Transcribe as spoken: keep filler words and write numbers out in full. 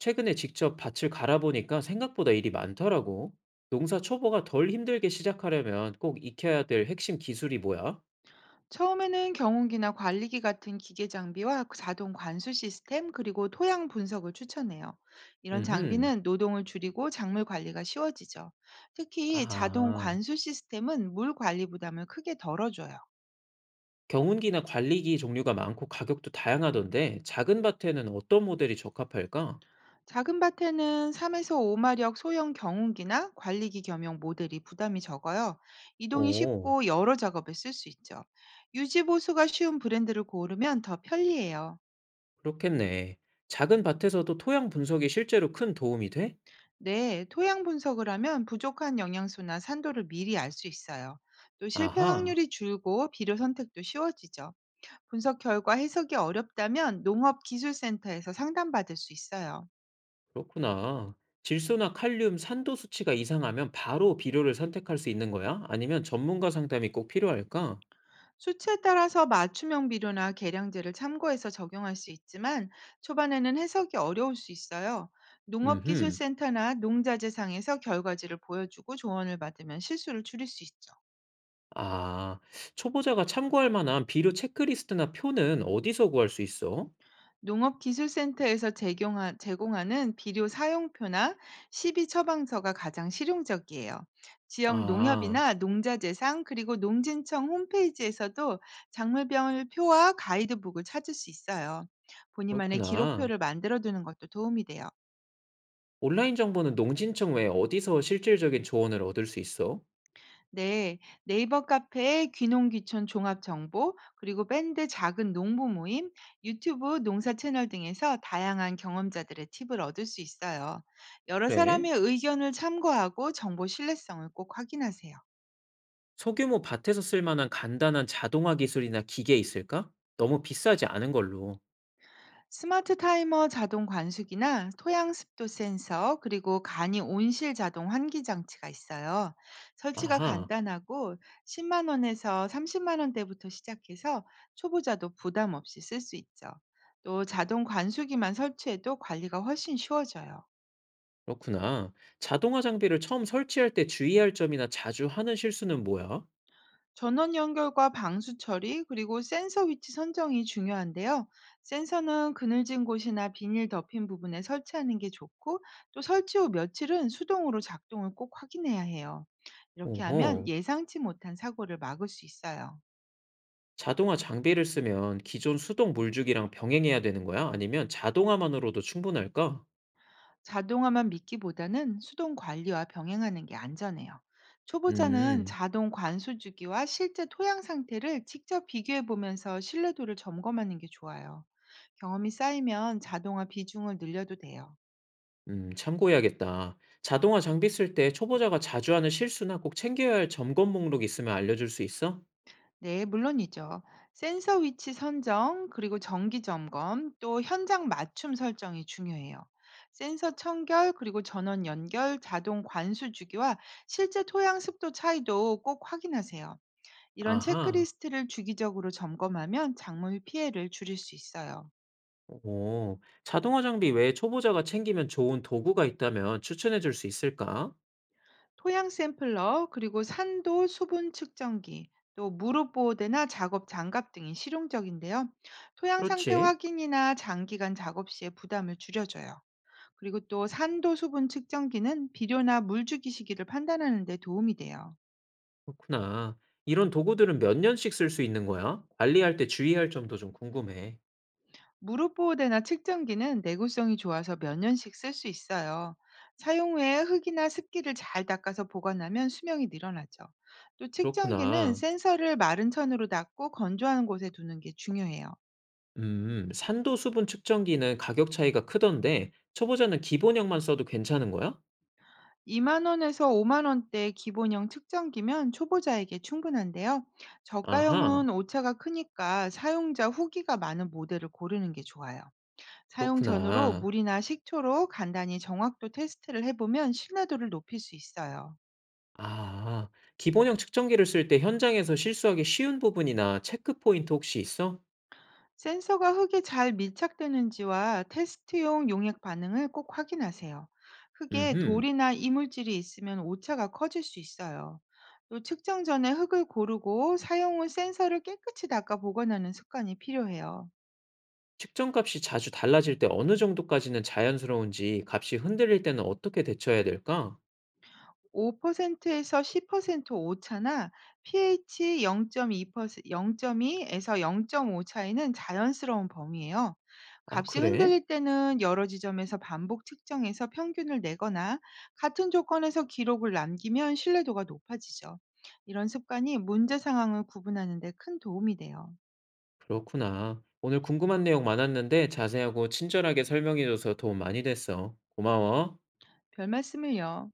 최근에 직접 밭을 갈아보니까 생각보다 일이 많더라고. 농사 초보가 덜 힘들게 시작하려면 꼭 익혀야 될 핵심 기술이 뭐야? 처음에는 경운기나 관리기 같은 기계 장비와 그 자동 관수 시스템 그리고 토양 분석을 추천해요. 이런 음흠. 장비는 노동을 줄이고 작물 관리가 쉬워지죠. 특히 자동 아, 관수 시스템은 물 관리 부담을 크게 덜어줘요. 경운기나 관리기 종류가 많고 가격도 다양하던데 작은 밭에는 어떤 모델이 적합할까? 작은 밭에는 삼에서 오 마력 소형 경운기나 관리기 겸용 모델이 부담이 적어요. 이동이 오, 쉽고 여러 작업에 쓸 수 있죠. 유지 보수가 쉬운 브랜드를 고르면 더 편리해요. 그렇겠네. 작은 밭에서도 토양 분석이 실제로 큰 도움이 돼? 네, 토양 분석을 하면 부족한 영양소나 산도를 미리 알 수 있어요. 또 실패 아하, 확률이 줄고 비료 선택도 쉬워지죠. 분석 결과 해석이 어렵다면 농업기술센터에서 상담받을 수 있어요. 그렇구나. 질소나 칼륨, 산도 수치가 이상하면 바로 비료를 선택할 수 있는 거야? 아니면 전문가 상담이 꼭 필요할까? 수치에 따라서 맞춤형 비료나 계량제를 참고해서 적용할 수 있지만 초반에는 해석이 어려울 수 있어요. 음흠. 농업기술센터나 농자재상에서 결과지를 보여주고 조언을 받으면 실수를 줄일 수 있죠. 아, 초보자가 참고할 만한 비료 체크리스트나 표는 어디서 구할 수 있어? 농업기술센터에서 제공하, 제공하는 비료 사용표나 시비 처방서가 가장 실용적이에요. 지역 아, 농협이나 농자재상 그리고 농진청 홈페이지에서도 작물별 표와 가이드북을 찾을 수 있어요. 본인만의 그렇구나. 기록표를 만들어 두는 것도 도움이 돼요. 온라인 정보는 농진청 외에 어디서 실질적인 조언을 얻을 수 있어? 네, 네이버 카페의 귀농귀촌 종합 정보, 그리고 밴드 작은 농부 모임, 유튜브 농사 채널 등에서 다양한 경험자들의 팁을 얻을 수 있어요. 여러 그래? 사람의 의견을 참고하고 정보 신뢰성을 꼭 확인하세요. 소규모 밭에서 쓸 만한 간단한 자동화 기술이나 기계 있을까? 너무 비싸지 않은 걸로. 스마트 타이머 자동 관수기나 토양 습도 센서 그리고 간이 온실 자동 환기 장치가 있어요. 설치가 아하, 간단하고 십만 원에서 삼십만 원대부터 시작해서 초보자도 부담 없이 쓸 수 있죠. 또 자동 관수기만 설치해도 관리가 훨씬 쉬워져요. 그렇구나. 자동화 장비를 처음 설치할 때 주의할 점이나 자주 하는 실수는 뭐야? 전원 연결과 방수 처리, 그리고 센서 위치 선정이 중요한데요. 센서는 그늘진 곳이나 비닐 덮인 부분에 설치하는 게 좋고, 또 설치 후 며칠은 수동으로 작동을 꼭 확인해야 해요. 이렇게 하면 오호. 예상치 못한 사고를 막을 수 있어요. 자동화 장비를 쓰면 기존 수동 물주기랑 병행해야 되는 거야? 아니면 자동화만으로도 충분할까? 자동화만 믿기보다는 수동 관리와 병행하는 게 안전해요. 초보자는 음, 자동 관수 주기와 실제 토양 상태를 직접 비교해 보면서 신뢰도를 점검하는 게 좋아요. 경험이 쌓이면 자동화 비중을 늘려도 돼요. 음, 참고해야겠다. 자동화 장비 쓸 때 초보자가 자주 하는 실수나 꼭 챙겨야 할 점검 목록 있으면 알려줄 수 있어? 네, 물론이죠. 센서 위치 선정, 그리고 정기 점검, 또 현장 맞춤 설정이 중요해요. 센서 청결, 그리고 전원 연결, 자동 관수 주기와 실제 토양 습도 차이도 꼭 확인하세요. 이런 아하, 체크리스트를 주기적으로 점검하면 작물 피해를 줄일 수 있어요. 오, 자동화 장비 외에 초보자가 챙기면 좋은 도구가 있다면 추천해 줄 수 있을까? 토양 샘플러, 그리고 산도 수분 측정기, 또 무릎 보호대나 작업 장갑 등이 실용적인데요. 토양 상태 그렇지, 확인이나 장기간 작업 시에 부담을 줄여줘요. 그리고 또 산도 수분 측정기는 비료나 물 주기 시기를 판단하는 데 도움이 돼요. 그렇구나. 이런 도구들은 몇 년씩 쓸 수 있는 거야? 관리할 때 주의할 점도 좀 궁금해. 무릎 보호대나 측정기는 내구성이 좋아서 몇 년씩 쓸 수 있어요. 사용 후에 흙이나 습기를 잘 닦아서 보관하면 수명이 늘어나죠. 또 측정기는 그렇구나. 센서를 마른 천으로 닦고 건조한 곳에 두는 게 중요해요. 음, 산도 수분 측정기는 가격 차이가 크던데, 초보자는 기본형만 써도 괜찮은 거야? 이만 원에서 오만 원대 기본형 측정기면 초보자에게 충분한데요. 아하, 저가형은 오차가 크니까 사용자 후기가 많은 모델을 고르는 게 좋아요. 사용 전후로 그렇구나. 물이나 식초로 간단히 정확도 테스트를 해보면 신뢰도를 높일 수 있어요. 아, 기본형 측정기를 쓸 때 현장에서 실수하기 쉬운 부분이나 체크 포인트 혹시 있어? 센서가 흙에 잘 밀착되는지와 테스트용 용액 반응을 꼭 확인하세요. 흙에 음흠. 돌이나 이물질이 있으면 오차가 커질 수 있어요. 또 측정 전에 흙을 고르고 사용 후 센서를 깨끗이 닦아 보관하는 습관이 필요해요. 측정값이 자주 달라질 때 어느 정도까지는 자연스러운지, 값이 흔들릴 때는 어떻게 대처해야 될까? 오 퍼센트에서 십 퍼센트 오차나 pH 영 점 이 퍼센트, 영 점 이에서 영 점 오 차이는 자연스러운 범위예요. 아, 값이 그래? 흔들릴 때는 여러 지점에서 반복 측정해서 평균을 내거나 같은 조건에서 기록을 남기면 신뢰도가 높아지죠. 이런 습관이 문제 상황을 구분하는 데 큰 도움이 돼요. 그렇구나. 오늘 궁금한 내용 많았는데 자세하고 친절하게 설명해줘서 도움 많이 됐어. 고마워. 별 말씀을요.